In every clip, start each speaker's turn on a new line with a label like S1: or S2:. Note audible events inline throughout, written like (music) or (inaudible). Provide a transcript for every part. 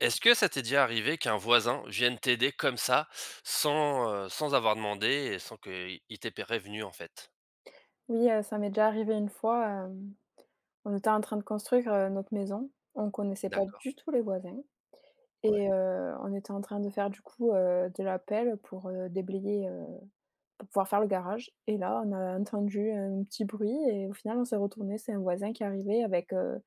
S1: Est-ce que ça t'est déjà arrivé qu'un voisin vienne t'aider comme ça, sans avoir demandé et sans qu'il t'ait prévenu, en fait?
S2: Oui, ça m'est déjà arrivé une fois, on était en train de construire, notre maison. On connaissait pas
S1: D'accord,
S2: du tout les voisins et
S1: ouais.
S2: on était en train de faire du coup, de la pelle pour, déblayer, pour pouvoir faire le garage. Et là, on a entendu un petit bruit et au final, on s'est retourné, c'est un voisin qui est arrivé avec,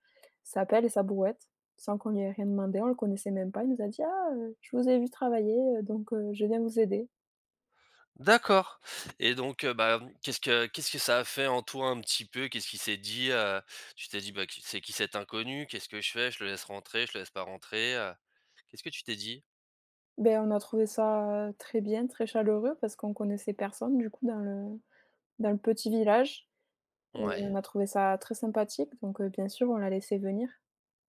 S2: sa pelle et sa brouette sans qu'on lui ait rien demandé. On le connaissait même pas. Il nous a dit: «Ah, je vous ai vu travailler, donc je viens vous aider».
S1: D'accord et donc, bah, qu'est-ce que ça a fait en toi un petit peu? Qu'est-ce qui s'est dit? Tu t'es dit: «Bah, qui c'est qui cet inconnu? Qu'est-ce que je fais? Je le laisse rentrer, je le laisse pas rentrer»? Qu'est-ce que tu t'es dit?
S2: Ben, on a trouvé ça très bien, très chaleureux parce qu'on connaissait personne du coup dans le petit village et
S1: Ouais,
S2: on a trouvé ça très sympathique donc bien sûr, on l'a laissé venir.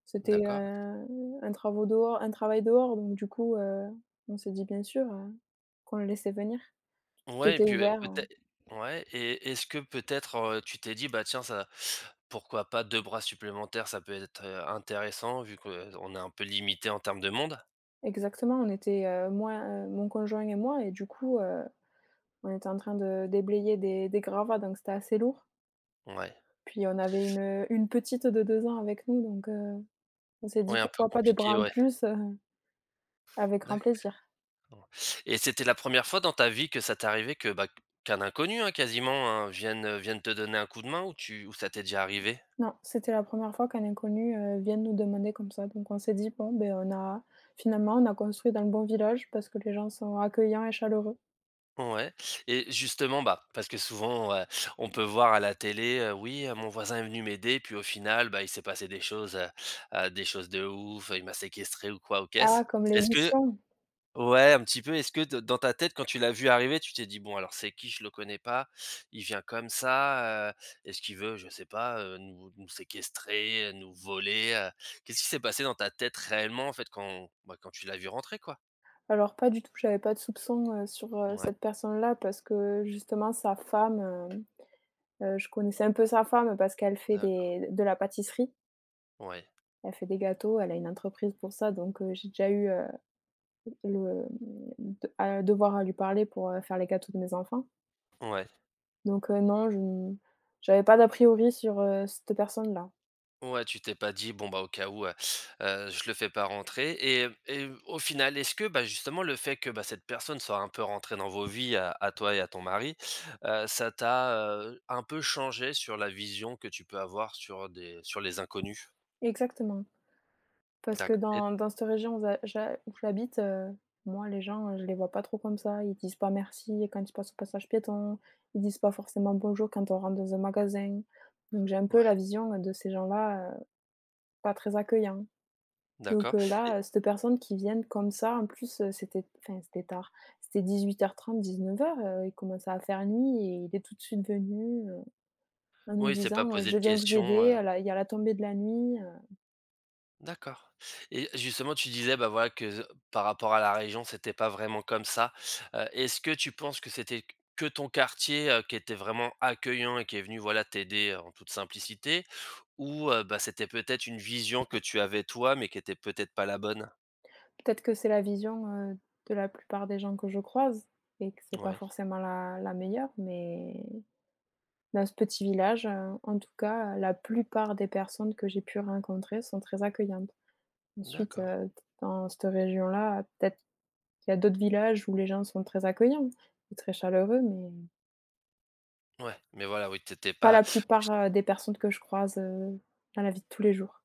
S2: C'était,
S1: d'accord.
S2: un travail dehors donc du coup, on s'est dit: «Bien sûr, qu'on le laissait venir». Tout
S1: Ouais et
S2: était
S1: puis, heu,
S2: ouvert,
S1: peut être. Ouais et est-ce que peut-être, tu t'es dit: «Bah tiens, ça pourquoi pas 2 bras supplémentaires, ça peut être, intéressant vu qu'on est un peu limité en termes de monde?»
S2: exactement, on était, moi, mon conjoint et moi et du coup, on était en train de déblayer des gravats donc c'était assez lourd.
S1: Ouais,
S2: Puis on avait une petite de 2 ans avec nous donc on s'est dit:
S1: ouais, un peu
S2: «Pourquoi pas des bras
S1: compliqué,
S2: en
S1: ouais.
S2: plus?» Avec grand
S1: D'accord
S2: plaisir.
S1: et c'était la première fois dans ta vie que ça t'est arrivé que, bah, qu'un inconnu, hein, quasiment, hein, vienne te donner un coup de main ou ça t'est déjà arrivé?
S2: Non, c'était la première fois qu'un inconnu, vienne nous demander comme ça, donc on s'est dit: «Bon, ben on a finalement, on a construit dans le bon village parce que les gens sont accueillants et chaleureux».
S1: Ouais et justement, bah, parce que souvent, on peut voir à la télé, oui, mon voisin est venu m'aider, puis au final, bah, il s'est passé des choses de ouf, il m'a séquestré ou quoi aux caisses.
S2: Ah, comme
S1: Est-ce que
S2: l'émission!
S1: ouais, un petit peu, est-ce que d dans ta tête, quand tu l'as vu arriver, tu t'es dit: «Bon alors c'est qui? Je le connais pas, il vient comme ça, est-ce qu'il veut, je sais pas, nous nous séquestrer, nous voler?» Qu'est-ce qui s'est passé dans ta tête réellement en fait bah, quand tu l'as vu rentrer quoi?
S2: Alors pas du tout, j'avais pas de soupçon sur,
S1: Ouais,
S2: cette personne-là parce que justement sa femme, je connaissais un peu sa femme parce qu'elle fait
S1: d'accord.
S2: des de la pâtisserie.
S1: Ouais,
S2: Elle fait des gâteaux, elle a une entreprise pour ça donc j'ai déjà eu, le, mmh, de à devoir à lui parler pour, faire les gâteaux de mes enfants.
S1: ouais.
S2: Donc non, je n j'avais pas d'a priori sur, cette personne-là.
S1: Ouais, tu t'es pas dit: «Bon, bah, au cas où, je le fais pas rentrer» et au final, est-ce que, bah, justement, le fait que, bah, cette personne soit un peu rentrée dans vos vies à toi et à ton mari, ça t'a, un peu changé sur la vision que tu peux avoir sur des sur les inconnus?
S2: Exactement. Parce que
S1: D'accord. Et
S2: dans cette région où j'habite, moi les gens, je les vois pas trop comme ça. Ils disent pas merci quand ils passent au passage piéton, ils disent pas forcément bonjour quand on rentre dans un magasin. Donc j'ai un peu la
S1: ouais,
S2: vision, de ces gens-là, pas très accueillants.
S1: d'accord
S2: Donc
S1: et
S2: là, cette personne qui vienne comme ça, en plus, c'était enfin c'était tard, c'était 18h30-19h00, il commençait à faire nuit et il est tout de suite venu, en nous
S1: oui, c'est pas
S2: disant,
S1: poser
S2: «Je
S1: de
S2: viens vous aider,
S1: questions.
S2: là il y a la tombée de la nuit»,
S1: D'accord et justement, tu disais, bah, voilà, que par rapport à la région, c'était pas vraiment comme ça. Est-ce que tu penses que c'était que ton quartier, qui était vraiment accueillant et qui est venu, voilà, t'aider en toute simplicité? Ou, bah, c'était peut-être une vision que tu avais toi, mais qui était peut-être pas la bonne?
S2: peut-être que c'est la vision, de la plupart des gens que je croise et que c'est pas
S1: Ouais,
S2: forcément la meilleure, mais dans ce petit village, en tout cas, la plupart des personnes que j'ai pu rencontrer sont très accueillantes. Ensuite,
S1: d'accord.
S2: dans cette région-là, peut-être qu'il y a d'autres villages où les gens sont très accueillants et très chaleureux, mais
S1: Ouais, mais voilà, oui, tu
S2: pas
S1: pas.
S2: la plupart, des personnes que je croise, dans la vie de tous les jours.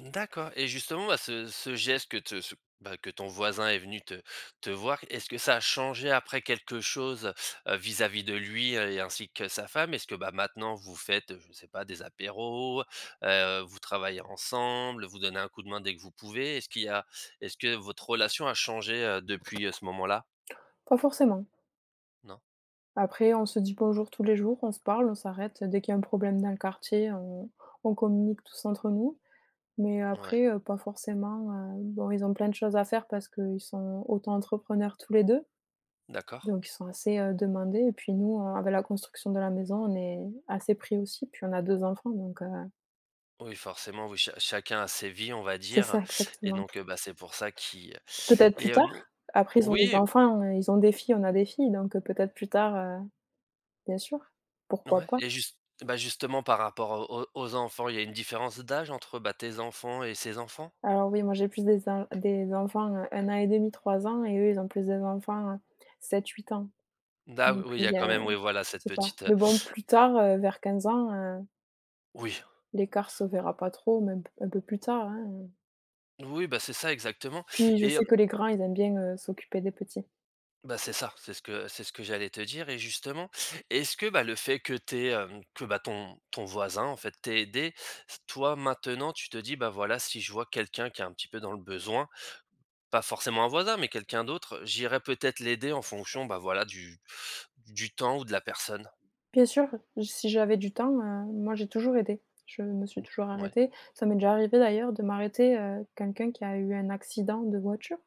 S1: D'accord et justement, bah, ce geste que te ce bah, que ton voisin est venu te voir, est-ce que ça a changé après quelque chose, vis-à-vis de lui, et ainsi que sa femme? Est-ce que, bah, maintenant vous faites, je ne sais pas, des apéros, vous travaillez ensemble, vous donnez un coup de main dès que vous pouvez? Est-ce que votre relation a changé, depuis, ce moment-là?
S2: Pas forcément.
S1: Non?
S2: Après, on se dit bonjour tous les jours, on se parle, on s'arrête dès qu'il y a un problème dans le quartier, on communique tous entre nous. Mais
S1: Ouais,
S2: après, pas forcément, bon, ils ont plein de choses à faire parce qu'ils sont auto-entrepreneurs tous les 2,
S1: d'accord.
S2: donc ils sont assez, demandés et puis nous, avec la construction de la maison, on est assez pris aussi, puis on a 2 enfants donc
S1: Oui, forcément, oui, chacun a ses vies, on va
S2: c'est
S1: dire.
S2: ça,
S1: Et
S2: exactement.
S1: donc bah, c'est pour ça qu'il
S2: Peut-être
S1: et
S2: plus tard. Après, ils ont des
S1: oui.
S2: enfants, ils ont des filles, on a des filles, donc peut-être plus tard, bien sûr, pourquoi
S1: Ouais
S2: pas?
S1: et juste bah, justement par rapport au au aux enfants, il y a une différence d'âge entre, bah, tes enfants et ses enfants?
S2: Alors oui, moi j'ai plus des enfants, 1 an et demi, 3 ans et eux, ils ont plus des enfants, 7-8 ans.
S1: Da
S2: Donc
S1: oui, il y
S2: oui,
S1: a quand même, oui, voilà, cette
S2: c'est ça.
S1: petite,
S2: Mais bon, plus tard, vers 15 ans,
S1: oui,
S2: l'écart se verra pas trop, même un peu plus tard, hein.
S1: oui, bah, c'est ça exactement
S2: Puis je
S1: et
S2: sais que les grands, ils aiment bien, s'occuper des petits.
S1: bah, c'est ça, c'est ce que j'allais te dire et justement, est-ce que, bah, le fait que, bah, ton voisin, en fait, t'ait aidé, s toi, maintenant, tu te dis: «Bah, voilà, si je vois quelqu'un qui est un petit peu dans le besoin, pas forcément un voisin, mais quelqu'un d'autre, j'irai peut-être l'aider en fonction, bah, voilà, du temps ou de la personne».
S2: Bien sûr, si j'avais du temps, moi j'ai toujours aidé. Je me suis toujours
S1: Ouais,
S2: arrêtée. Ça m'est déjà arrivé d'ailleurs de m'arrêter, quelqu'un qui a eu un accident de voiture.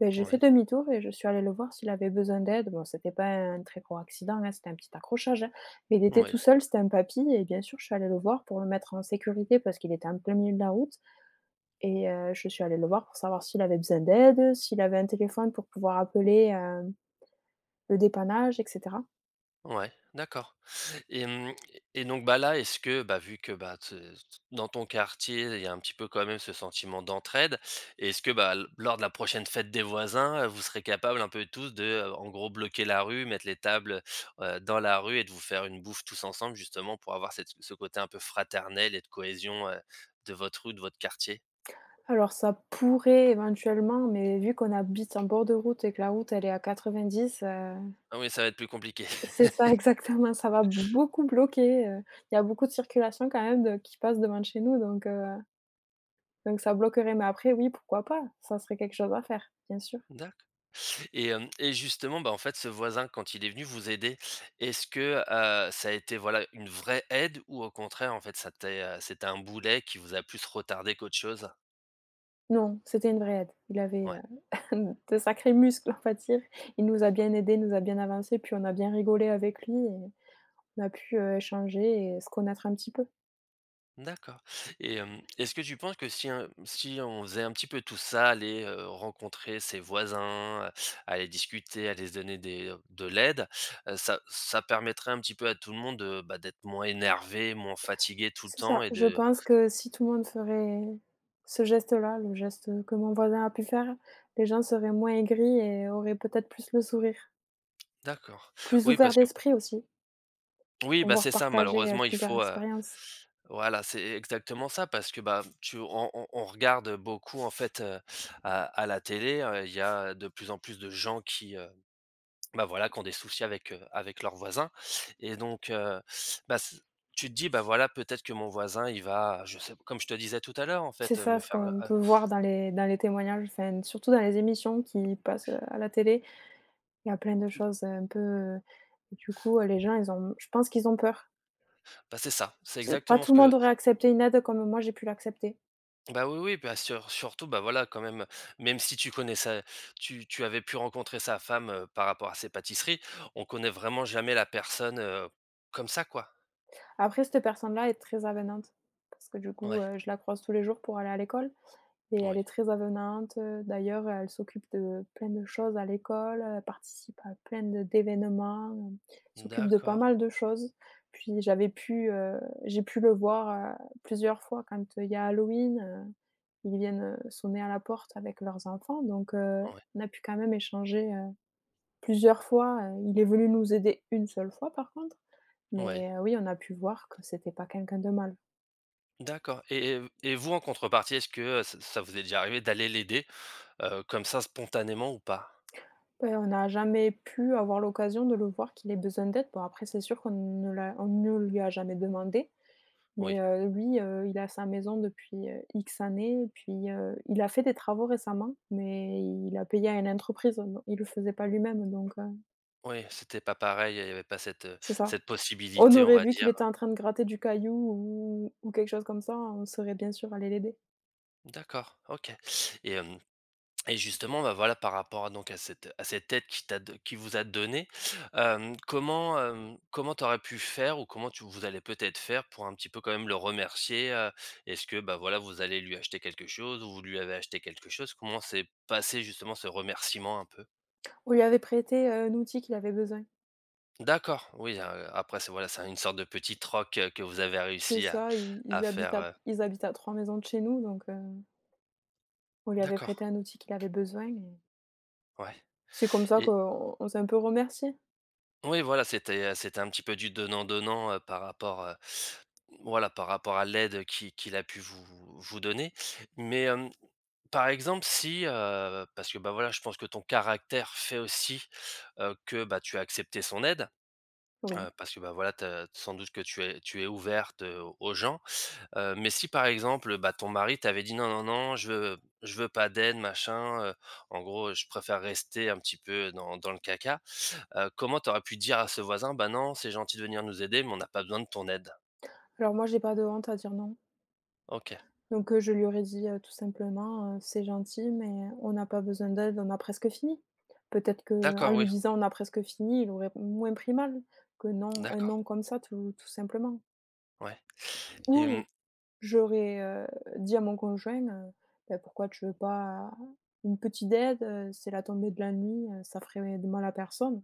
S2: Beh, j'ai fait
S1: ouais.
S2: demi-tour et je suis allée le voir s'il avait besoin d'aide. Bon, c'était pas un très gros accident, hein, c'était un petit accrochage, hein, mais il était
S1: Oui,
S2: tout seul, c'était un papy et bien sûr, je suis allée le voir pour le mettre en sécurité parce qu'il était en plein milieu de la route et je suis allée le voir pour savoir s'il avait besoin d'aide, s'il avait un téléphone pour pouvoir appeler, le dépannage, et cetera?
S1: ouais, d'accord et mmh et donc, bah, là, est-ce que, bah, vu que, bah, te dans ton quartier, il y a un petit peu quand même ce sentiment d'entraide, est-ce que, bah, l lors de la prochaine fête des voisins, vous serez capables un peu tous de, en gros, bloquer la rue, mettre les tables, dans la rue et de vous faire une bouffe tous ensemble justement pour avoir cette ce côté un peu fraternel et de cohésion, de votre rue, de votre quartier?
S2: Alors ça pourrait éventuellement, mais vu qu'on habite en bord de route et que la route elle est à 90,
S1: Ah oui, ça va être plus compliqué. (laughs)
S2: c'est ça (laughs) exactement, ça va beaucoup bloquer, il y a beaucoup de circulation quand même de qui passe devant de chez nous donc donc ça bloquerait, mais après oui, pourquoi pas? Ça serait quelque chose à faire, bien sûr.
S1: D'accord. Et justement, bah, en fait, ce voisin, quand il est venu vous aider, est-ce que, ça a été, voilà, une vraie aide ou au contraire, en fait, c'était un boulet qui vous a plus retardé qu'autre chose?
S2: Non, c'était une vraie aide. Il avait,
S1: Ouais,
S2: (laughs) de sacrés muscles, on va dire. Il nous a bien aidés, nous a bien avancés, puis on a bien rigolé avec lui et on a pu, échanger et se connaître un petit peu.
S1: d'accord et est-ce que tu penses que si un si on faisait un petit peu tout ça, aller, rencontrer ses voisins, aller discuter, aller se donner de l'aide, ça permettrait un petit peu à tout le monde de, bah, d'être moins énervé, moins fatigué tout le
S2: C'est
S1: temps
S2: ça.
S1: et
S2: Je
S1: de
S2: pense que si tout le monde ferait ce geste-là, le geste, que mon voisin a pu faire, les gens seraient moins aigris et auraient peut-être plus le sourire.
S1: d'accord.
S2: Plus
S1: Oui,
S2: ouverts
S1: parce que
S2: d'esprit aussi,
S1: Oui,
S2: pour
S1: bah,
S2: pouvoir
S1: c'est ça,
S2: partager,
S1: malheureusement, il
S2: plusieurs
S1: faut,
S2: expériences.
S1: voilà, c'est exactement ça parce que, bah, tu on regarde beaucoup, en fait, à la télé, il y a de plus en plus de gens qui, bah, voilà, qui ont des soucis avec, avec leurs voisins et donc bah, c tu te dis: «Bah, voilà, peut-être que mon voisin, il va», je sais comme je te disais tout à l'heure, en
S2: C'est
S1: fait,
S2: ça,
S1: me
S2: ce
S1: faire,
S2: qu'on peut voir dans les témoignages, enfin, surtout dans les émissions qui passent, à la télé. Il y a plein de choses, un peu, du coup, les gens, ils ont je pense qu'ils ont peur.
S1: bah, c'est ça, c'est
S2: C'est pas
S1: exactement ce
S2: tout le monde
S1: que.
S2: aurait accepté une aide comme moi j'ai pu l'accepter.
S1: Bah, oui, oui, bah, surtout, bah, voilà, quand même, même si tu connais ça, tu avais pu rencontrer sa femme, par rapport à ses pâtisseries, on connaît vraiment jamais la personne, comme ça, quoi.
S2: Après cette personne-là est très avenante parce que du coup,
S1: Ouais,
S2: je la croise tous les jours pour aller à l'école. Et elle
S1: oui.
S2: est très avenante, d'ailleurs, elle s'occupe de plein de choses à l'école, elle participe à plein de d'événements, s'occupe de pas
S1: D'accord,
S2: mal de choses. Puis j'avais pu, j'ai pu le voir, plusieurs fois quand il y a Halloween, ils viennent, sonner à la porte avec leurs enfants donc
S1: ouais,
S2: on a pu quand même échanger, plusieurs fois, il est venu nous aider une seule fois par contre,
S1: ouais.
S2: mais oui, on a pu voir que c'était pas quelqu'un de mal.
S1: D'accord et vous, en contrepartie, est-ce que, ça ça vous est déjà arrivé d'aller l'aider, comme ça, spontanément ou pas?
S2: On n'a jamais pu avoir l'occasion de le voir qu'il ait besoin d'aide. Bon après c'est sûr qu'on ne lui a jamais demandé,
S1: Oui,
S2: mais lui, il a sa maison depuis, X années, puis, il a fait des travaux récemment, mais il a payé à une entreprise, don il le faisait pas lui-même donc
S1: oui, c'était pas pareil, il y avait pas cette, heu,
S2: c'est ça.
S1: cette
S2: On
S1: possibilité, on
S2: aurait
S1: va
S2: vu qu'il
S1: dire.
S2: était en train de gratter du caillou ou quelque chose comme ça, on serait bien sûr allé l'aider.
S1: D'accord, OK et hem Et justement, bah, voilà, par rapport à donc à cette aide qui t'a do qui vous a donné, comment t'aurais pu faire ou comment tu vous allez peut-être faire pour un petit peu quand même le remercier? Est-ce que, bah, voilà, vous allez lui acheter quelque chose ou vous lui avez acheté quelque chose? Comment s'est passé justement ce remerciement un peu?
S2: On lui avait prêté, un outil qu'il avait besoin.
S1: D'accord, oui, après c'est voilà, c'est une sorte de petit troc, que vous avez
S2: C'est
S1: réussi à
S2: ça,
S1: à faire,
S2: ils habitent à 3 maisons de chez nous donc on lui avait prêté
S1: d'accord,
S2: un outil qu'il avait besoin et
S1: ouais.
S2: c'est comme ça qu'on s'est un peu remerciés,
S1: Oui, voilà, c'était un petit peu du donnant-donnant, par rapport à l'aide qui qu'il a pu vous vous donner. Mais, par exemple, si, parce que, bah, voilà, je pense que ton caractère fait aussi, que, bah, tu as accepté son aide,
S2: oui.
S1: parce que, bah, voilà, tu sans doute que tu es ouverte, aux gens. Mais si par exemple, bah, ton mari t'avait dit: «Non, non, non, je veux pas d'aide, machin, en gros, je préfère rester un petit peu dans le caca», comment t'aurais pu dire à ce voisin: «Bah, non, c'est gentil de venir nous aider, mais on n'a pas besoin de ton aide»?
S2: Alors moi, j'ai pas de honte à dire non.
S1: OK.
S2: Donc je lui aurais dit, tout simplement, «C'est gentil, mais on n'a pas besoin d'aide, on a presque fini». Peut-être qu'en
S1: D'accord, oui.
S2: lui disant: «On a presque fini», il aurait moins pris mal que non, un
S1: D'accord,
S2: non comme ça tout simplement.
S1: ouais et mmh,
S2: Ou j'aurais, dit à mon conjoint, «Bah, pourquoi tu veux pas une petite aide? C'est la tombée de la nuit, ça ferait de mal à personne».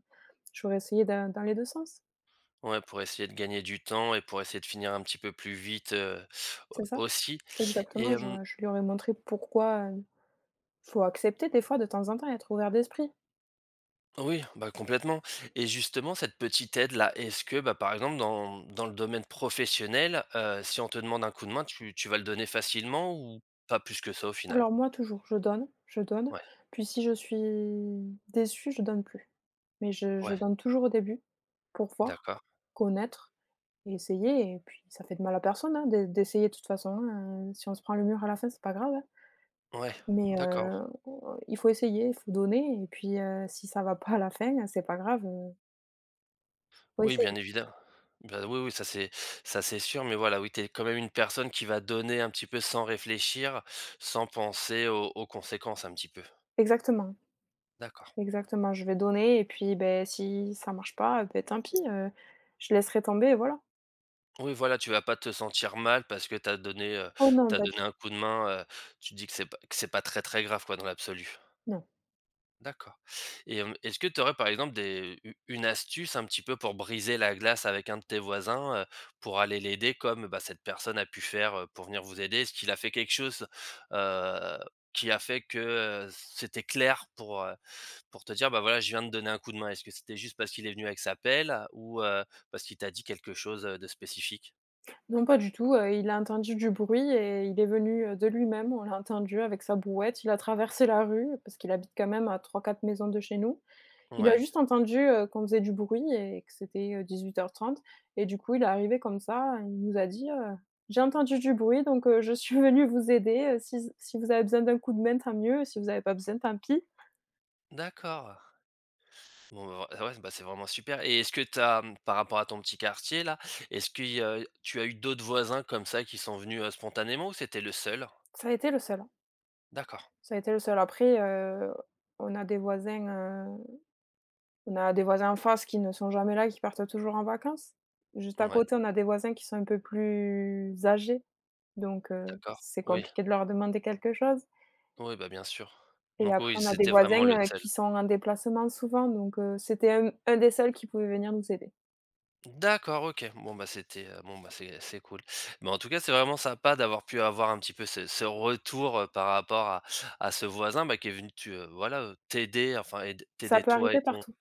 S2: J'aurais essayé dans les 2 sens.
S1: ouais, pour essayer de gagner du temps et pour essayer de finir un petit peu plus vite,
S2: C'est ça,
S1: aussi et
S2: exactement. Je
S1: hem
S2: je lui aurais montré pourquoi, faut accepter des fois de temps en temps, et être ouvert d'esprit.
S1: Oui, bah complètement. Et justement, cette petite aide-là, est-ce que, bah, par exemple, dans le domaine professionnel, si on te demande un coup de main, tu vas le donner facilement ou pas plus que ça au final?
S2: Alors moi toujours, je donne,
S1: Ouais,
S2: puis si je suis déçue, je donne plus. Mais je
S1: ouais,
S2: donne toujours au début pour voir,
S1: d'accord.
S2: connaître et essayer et puis ça fait de mal à personne, hein, d'essayer de toute façon, hein, si on se prend le mur à la fin, c'est pas grave, hein.
S1: Ouais,
S2: Mais
S1: d'accord.
S2: on il faut essayer, il faut donner et puis, si ça va pas à la fin, c'est pas grave, faut
S1: Oui, bien
S2: essayer.
S1: évidemment. Bah oui, oui, ça c'est sûr, mais voilà, oui, tu es quand même une personne qui va donner un petit peu sans réfléchir, sans penser aux conséquences un petit peu.
S2: Exactement.
S1: D'accord.
S2: Exactement, je vais donner et puis, ben, si ça marche pas, beh, tant pis, je laisserai tomber et voilà.
S1: Oui, voilà, tu vas pas te sentir mal parce que tu as donné,
S2: Oh
S1: tu
S2: non, pas du
S1: donné
S2: tout,
S1: un coup de main, tu te dis que c'est pas très, très grave quoi dans l'absolu.
S2: non.
S1: D'accord et est-ce que tu aurais par exemple des u une astuce un petit peu pour briser la glace avec un de tes voisins, pour aller l'aider comme, bah, cette personne a pu faire, pour venir vous aider? Est-ce qu'il a fait quelque chose, heu, qui a fait que, c'était clair pour te dire: «Bah, voilà, je viens de donner un coup de main»? Est-ce que c'était juste parce qu'il est venu avec sa pelle ou, parce qu'il t'a dit quelque chose, de spécifique?
S2: Non, pas du tout, il a entendu du bruit et il est venu, de lui-même, on l'a entendu avec sa brouette, il a traversé la rue parce qu'il habite quand même à 3, 4 maisons de chez nous. Il a
S1: Ouais.
S2: juste entendu, qu'on faisait du bruit et que c'était, 18h30 et du coup, il est arrivé comme ça, il nous a dit, «J'ai entendu du bruit donc je suis venu vous aider, si vous avez besoin d'un coup de main, tant mieux, si vous avez pas besoin, tant pis».
S1: D'accord. Bon, bah, vr ouais, bah, c'est vraiment super et est-ce que tu as, par rapport à ton petit quartier là, est-ce que y tu as eu d'autres voisins comme ça qui sont venus, spontanément ou c'était le seul?
S2: Ça a été le seul.
S1: D'accord.
S2: Ça a été le seul. Après, on a des voisins, on a des voisins en face qui ne sont jamais là, qui partent toujours en vacances. Juste à
S1: Ouais,
S2: côté, on a des voisins qui sont un peu plus âgés, donc
S1: d'accord.
S2: c'est
S1: Oui,
S2: compliqué de leur demander quelque chose
S1: oui, bah, bien sûr.
S2: et
S1: Donc oui,
S2: après on a des
S1: c'était
S2: voisins,
S1: vraiment le seul.
S2: qui sont en déplacement souvent, donc c'était un des seuls qui pouvait venir nous aider.
S1: D'accord, OK. Bon, bah, c'était, bon, bah, c'est cool. Mais en tout cas, c'est vraiment sympa d'avoir pu avoir un petit peu ce retour, par rapport à ce voisin, bah, qui est venu tu voilà, t'aider, enfin aide
S2: Ça
S1: t'aider
S2: peut
S1: toi et
S2: arriver
S1: ton.
S2: partout.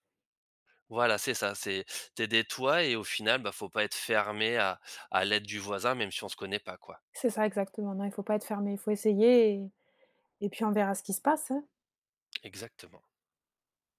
S1: Voilà, c'est ça, c'est t'aider toi et au final, bah, faut pas être fermé à l'aide du voisin, même si on se connaît pas, quoi.
S2: C'est ça exactement, non, il faut pas être fermé, il faut essayer et puis on verra ce qui se passe, hein.
S1: Exactement.